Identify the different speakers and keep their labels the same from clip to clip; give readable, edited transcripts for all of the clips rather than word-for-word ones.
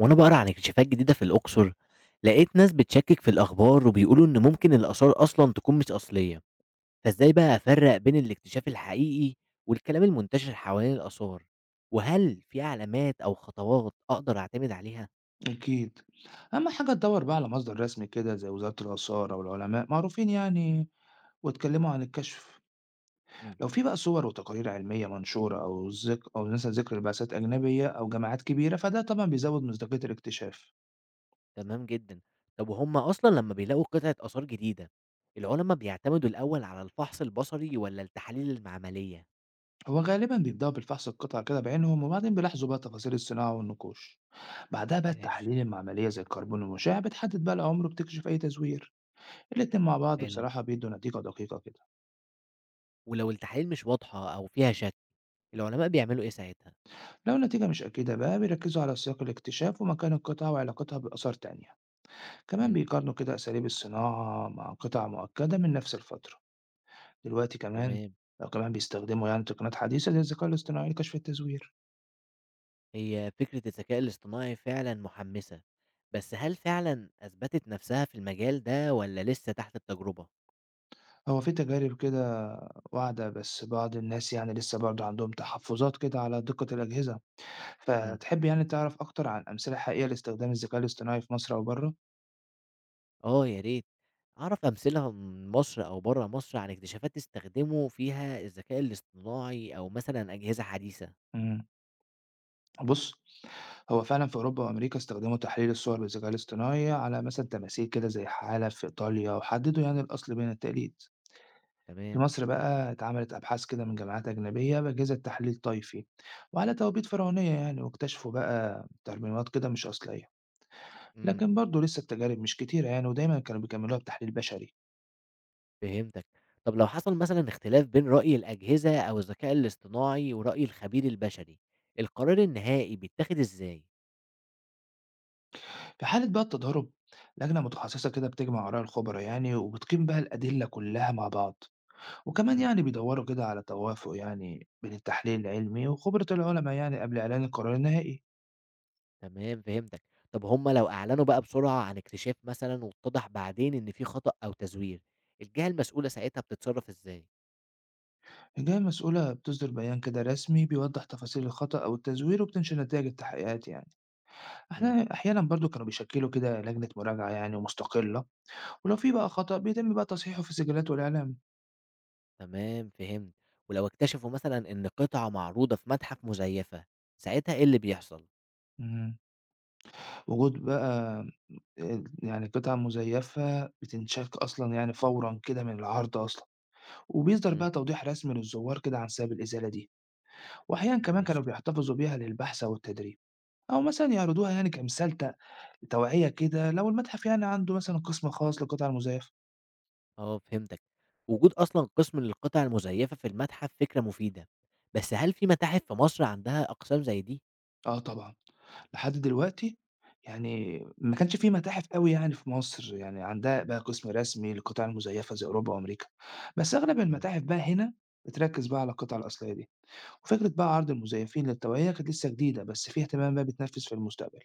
Speaker 1: وانا بقرا عن اكتشافات جديدة في الأقصر. لقيت ناس بتشكك في الأخبار وبيقولوا إن ممكن الآثار أصلا تكون مش أصلية، فإزاي بقى أفرق بين الاكتشاف الحقيقي والكلام المنتشر حوالين الآثار؟ وهل في علامات أو خطوات أقدر أعتمد عليها؟
Speaker 2: أكيد. أهم حاجة تدور بقى على مصدر رسمي كده زي وزارة الآثار أو العلماء معروفين يعني واتكلموا عن الكشف.
Speaker 1: مم.
Speaker 2: لو في بقى صور وتقارير علمية منشورة أو مثلا ذكر لبعثات أجنبية أو جماعات كبيرة فده طبعا بيزود مصداقية الاكتشاف.
Speaker 1: تمام جدا. طب وهم أصلا لما بيلاقوا قطعة آثار جديدة، العلماء بيعتمدوا الأول على الفحص البصري ولا التحاليل المعملية؟
Speaker 2: هو غالبا بيبدأوا بالفحص القطع كده بعينهم، وبعدين بيلاحظوا بقى تفاصيل الصناعة والنقوش. بعدها بقى
Speaker 1: ماشي.
Speaker 2: التحاليل العملية زي الكربون المشع بتحدد بقى العمر وبتكشف أي تزوير. الاتنين مع بعض
Speaker 1: حلو.
Speaker 2: بصراحة بيدوا نتيجة دقيقة كده.
Speaker 1: ولو التحاليل مش واضحة أو فيها شك، العلماء بيعملوا إيه ساعتها؟
Speaker 2: لو النتيجة مش أكيدة بقى بيركزوا على سياق الاكتشاف ومكان القطعة وعلاقتها بآثار تانية. كمان
Speaker 1: مم.
Speaker 2: بيقارنوا كده أساليب الصناعة مع قطع مؤكدة من نفس الفترة. دلوقتي كمان
Speaker 1: تمام.
Speaker 2: أو كمان بيستخدموا يعني تقنيات حديثة زي الذكاء الاصطناعي لكشف التزوير.
Speaker 1: هي فكرة الذكاء الاصطناعي فعلًا محمِّسة، بس هل فعلًا أثبتت نفسها في المجال ده والّا لسه تحت التجربة؟
Speaker 2: هو في تجارب كده واعدة، بس بعض الناس يعني لسه برضه عندهم تحفظات كده على دقة الأجهزة.
Speaker 1: إمم.
Speaker 2: فتحب يعني تعرف أكتر عن أمثلة حقيقية لاستخدام الذكاء الاصطناعي في مصر أو بره؟
Speaker 1: آه يا ريت، أعرف أمثلة من مصر أو برّه مصر عن اكتشافات استخدموا فيها الذكاء الاصطناعي أو مثلًا أجهزة حديثة.
Speaker 2: بُص، هو فعلًا في أوروبا وأمريكا استخدموا تحليل الصور بالذكاء الاصطناعي على مثلًا تماثيل كده زي حالة في إيطاليا، وحددوا يعني الأصل بين التقليد. في
Speaker 1: تمام.
Speaker 2: مصر بقى اتعملت أبحاث كده من جامعات أجنبية بأجهزة تحليل طيفي، وعلى توابيت فرعونية يعني، واكتشفوا بقى ترميمات كده مش أصلية.
Speaker 1: إمم.
Speaker 2: لكن برضه لسه التجارب مش كتيرة يعني، ودايمًا كانوا بيكملوها بتحليل بشري.
Speaker 1: فهمتك. طب لو حصل مثلًا اختلاف بين رأي الأجهزة أو الذكاء الاصطناعي ورأي الخبير البشري، القرار النهائي بيتاخد إزاي؟
Speaker 2: في حالة بقى التضارب، لجنة متخصصة كده بتجمع آراء الخبراء يعني، وبتقيم بقى الأدلة كلها مع بعض. وكمان
Speaker 1: إمم.
Speaker 2: يعني بيدوروا كده على توافق يعني بين التحليل العلمي وخبرة العلماء يعني قبل إعلان القرار النهائي.
Speaker 1: تمام فهمتك. طب هم لو أعلنوا بقى بسرعة عن اكتشاف مثلًا واتضح بعدين إن في خطأ أو تزوير، الجهة المسؤولة ساعتها بتتصرف إزاي؟
Speaker 2: الجهة المسؤولة بتصدر بيان كده رسمي بيوضح تفاصيل الخطأ أو التزوير وبتنشر نتائج التحقيقات يعني.
Speaker 1: مم.
Speaker 2: احنا أحيانا برضو كانوا بيشكلوا كده لجنة مراجعة يعني مستقلة، ولو في بقى خطأ بيتم بقى تصحيحه في السجلات والإعلام.
Speaker 1: تمام فهمت. ولو اكتشفوا مثلًا إن قطعة معروضة في متحف مزيفة، ساعتها إيه اللي بيحصل؟
Speaker 2: مم. وجود بقى آه، يعني قطع مزيفة بتنشك أصلا يعني فورا كده من العرض أصلا، وبيصدر
Speaker 1: مم.
Speaker 2: بقى توضيح رسمي للزوار كده عن سبب الإزالة دي. وأحيانا كمان كانوا
Speaker 1: ماشي.
Speaker 2: بيحتفظوا بيها للبحث أو التدريب، أو مثلا يعرضوها يعني توعية كده لو المتحف يعني عنده مثلا قسم خاص للقطع المزيفة.
Speaker 1: آه فهمتك. وجود أصلًا قسم للقطع المزيفة في المتحف فكرة مفيدة، بس هل في متاحف في مصر عندها أقسام زي دي؟
Speaker 2: آه طبعا. لحد دلوقتي يعني ما كانش في متاحف قوي يعني في مصر يعني عندها بقى قسم رسمي للقطع المزيفة زي أوروبا وأمريكا. بس أغلب
Speaker 1: مم.
Speaker 2: المتاحف بقى هنا بتركز بقى على القطع الأصلية دي، وفكرة بقى عرض المزيفين للتوعية كانت لسه جديدة، بس في اهتمام بقى بتنفذ في المستقبل.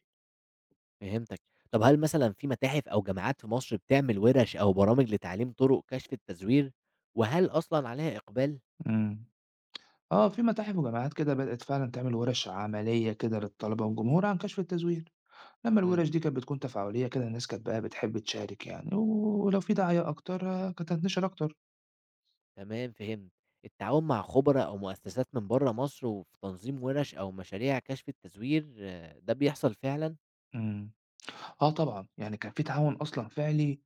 Speaker 1: فهمتك. طب هل مثلًا في متاحف أو جامعات في مصر بتعمل ورش أو برامج لتعليم طرق كشف التزوير؟ وهل أصلًا عليها إقبال؟
Speaker 2: امم آه، في متاحف وجامعات كده بدأت فعلا تعمل ورش عملية كده للطلبة والجمهور عن كشف التزوير. لما
Speaker 1: إمم.
Speaker 2: الورش دي كانت بتكون تفاعلية كده الناس كانت بقى بتحب تشارك يعني، ولو في دعاية أكتر آه، كانت هتنشر أكتر.
Speaker 1: تمام فهمت. التعاون مع خبراء أو مؤسسات من برّه مصر وفي تنظيم ورش أو مشاريع كشف التزوير آه، ده بيحصل فعلًا؟
Speaker 2: امم آه طبعا، يعني كان في تعاون أصلا فعلي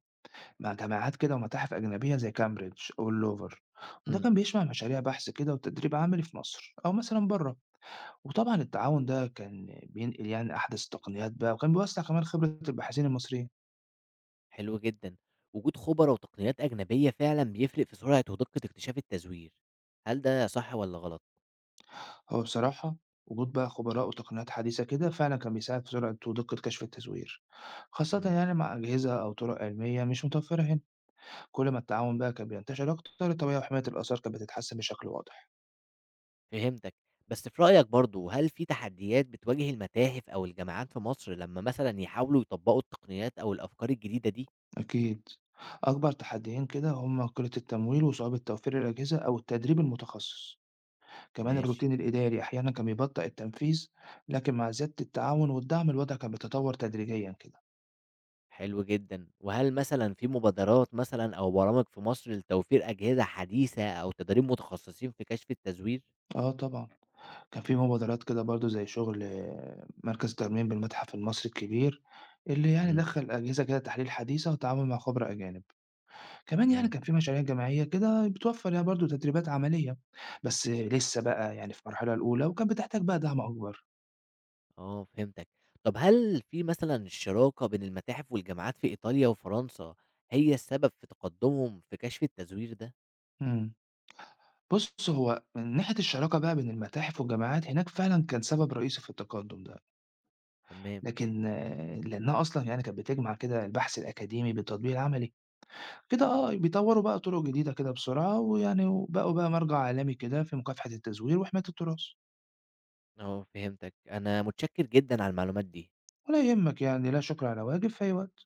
Speaker 2: مع جامعات كده ومتاحف أجنبية زي كامبريدج أو اللوفر، وده
Speaker 1: إمم.
Speaker 2: كان بيشمع مشاريع بحث كده وتدريب عملي في مصر أو مثلا بره. وطبعا التعاون ده كان بينقل يعني أحدث التقنيات بقى، وكان بيوسع كمان خبرة الباحثين المصريين.
Speaker 1: حلو جدًا. وجود خبراء وتقنيات أجنبية فعلًا بيفرق في سرعة ودقة اكتشاف التزوير. هل ده صح والّا غلط؟
Speaker 2: هو بصراحة وجود بقى خبراء وتقنيات حديثة كده فعلا كان بيساعد في سرعة ودقة كشف التزوير، خاصة
Speaker 1: إمم.
Speaker 2: يعني مع أجهزة أو طرق علمية مش متوفرة هنا. كل ما التعاون بقى كان بينتشر أكتر التوعية وحماية الآثار كانت بتتحسن بشكل واضح.
Speaker 1: فهمتك، بس في رأيك برضه هل في تحديات بتواجه المتاحف أو الجامعات في مصر لمّا مثلًا يحاولوا يطبّقوا التقنيات أو الأفكار الجديدة دي؟
Speaker 2: أكيد. أكبر تحديين كده هما قلة التمويل وصعوبة توفير الأجهزة أو التدريب المتخصص. كمان
Speaker 1: ماشي.
Speaker 2: الروتين الإداري أحيانا كان بيبطئ التنفيذ، لكن مع زيادة التعاون والدعم الوضع كان بيتطور تدريجيا كده.
Speaker 1: حلو جدًا. وهل مثلًا في مبادرات مثلًا أو برامج في مصر لتوفير أجهزة حديثة أو تدريب متخصصين في كشف التزوير؟
Speaker 2: اه طبعا، كان في مبادرات كده برضه زي شغل آه، مركز ترميم بالمتحف المصري الكبير، اللي يعني
Speaker 1: إمم.
Speaker 2: دخّل أجهزة كده تحليل حديثة وتعاون مع خبراء أجانب، كمان يعني
Speaker 1: تمام.
Speaker 2: كان في مشاريع جماعية كده بتوفّر يعني برضه تدريبات عملية، بس لسه بقى يعني في مرحلة الأولى وكانت بتحتاج بقى دعم أكبر.
Speaker 1: آه فهمتك. طب هل في مثلًا شراكة بين المتاحف والجامعات في إيطاليا وفرنسا هي السبب في تقدّمهم في كشف التزوير ده؟
Speaker 2: إمم. بُص، هو من ناحية الشراكة بقى بين المتاحف والجامعات هناك فعلًا كان سبب رئيسي في التقدُّم ده،
Speaker 1: تمام.
Speaker 2: لكن آه، لأنها أصلًا يعني كانت بتجمع كده البحث الأكاديمي بالتطبيق العملي. كده
Speaker 1: إمم.
Speaker 2: آه، بيطوّروا بقى طُرق جديدة كده بسرعة، ويعني وبقوا بقى مَرجَع عالمي كده في مكافحة التزوير وحماية التراث.
Speaker 1: آه فهمتك، أنا متشكر جدًا على المعلومات دي.
Speaker 2: ولا يهمك يعني، لا شكر على واجب، في أي وقت.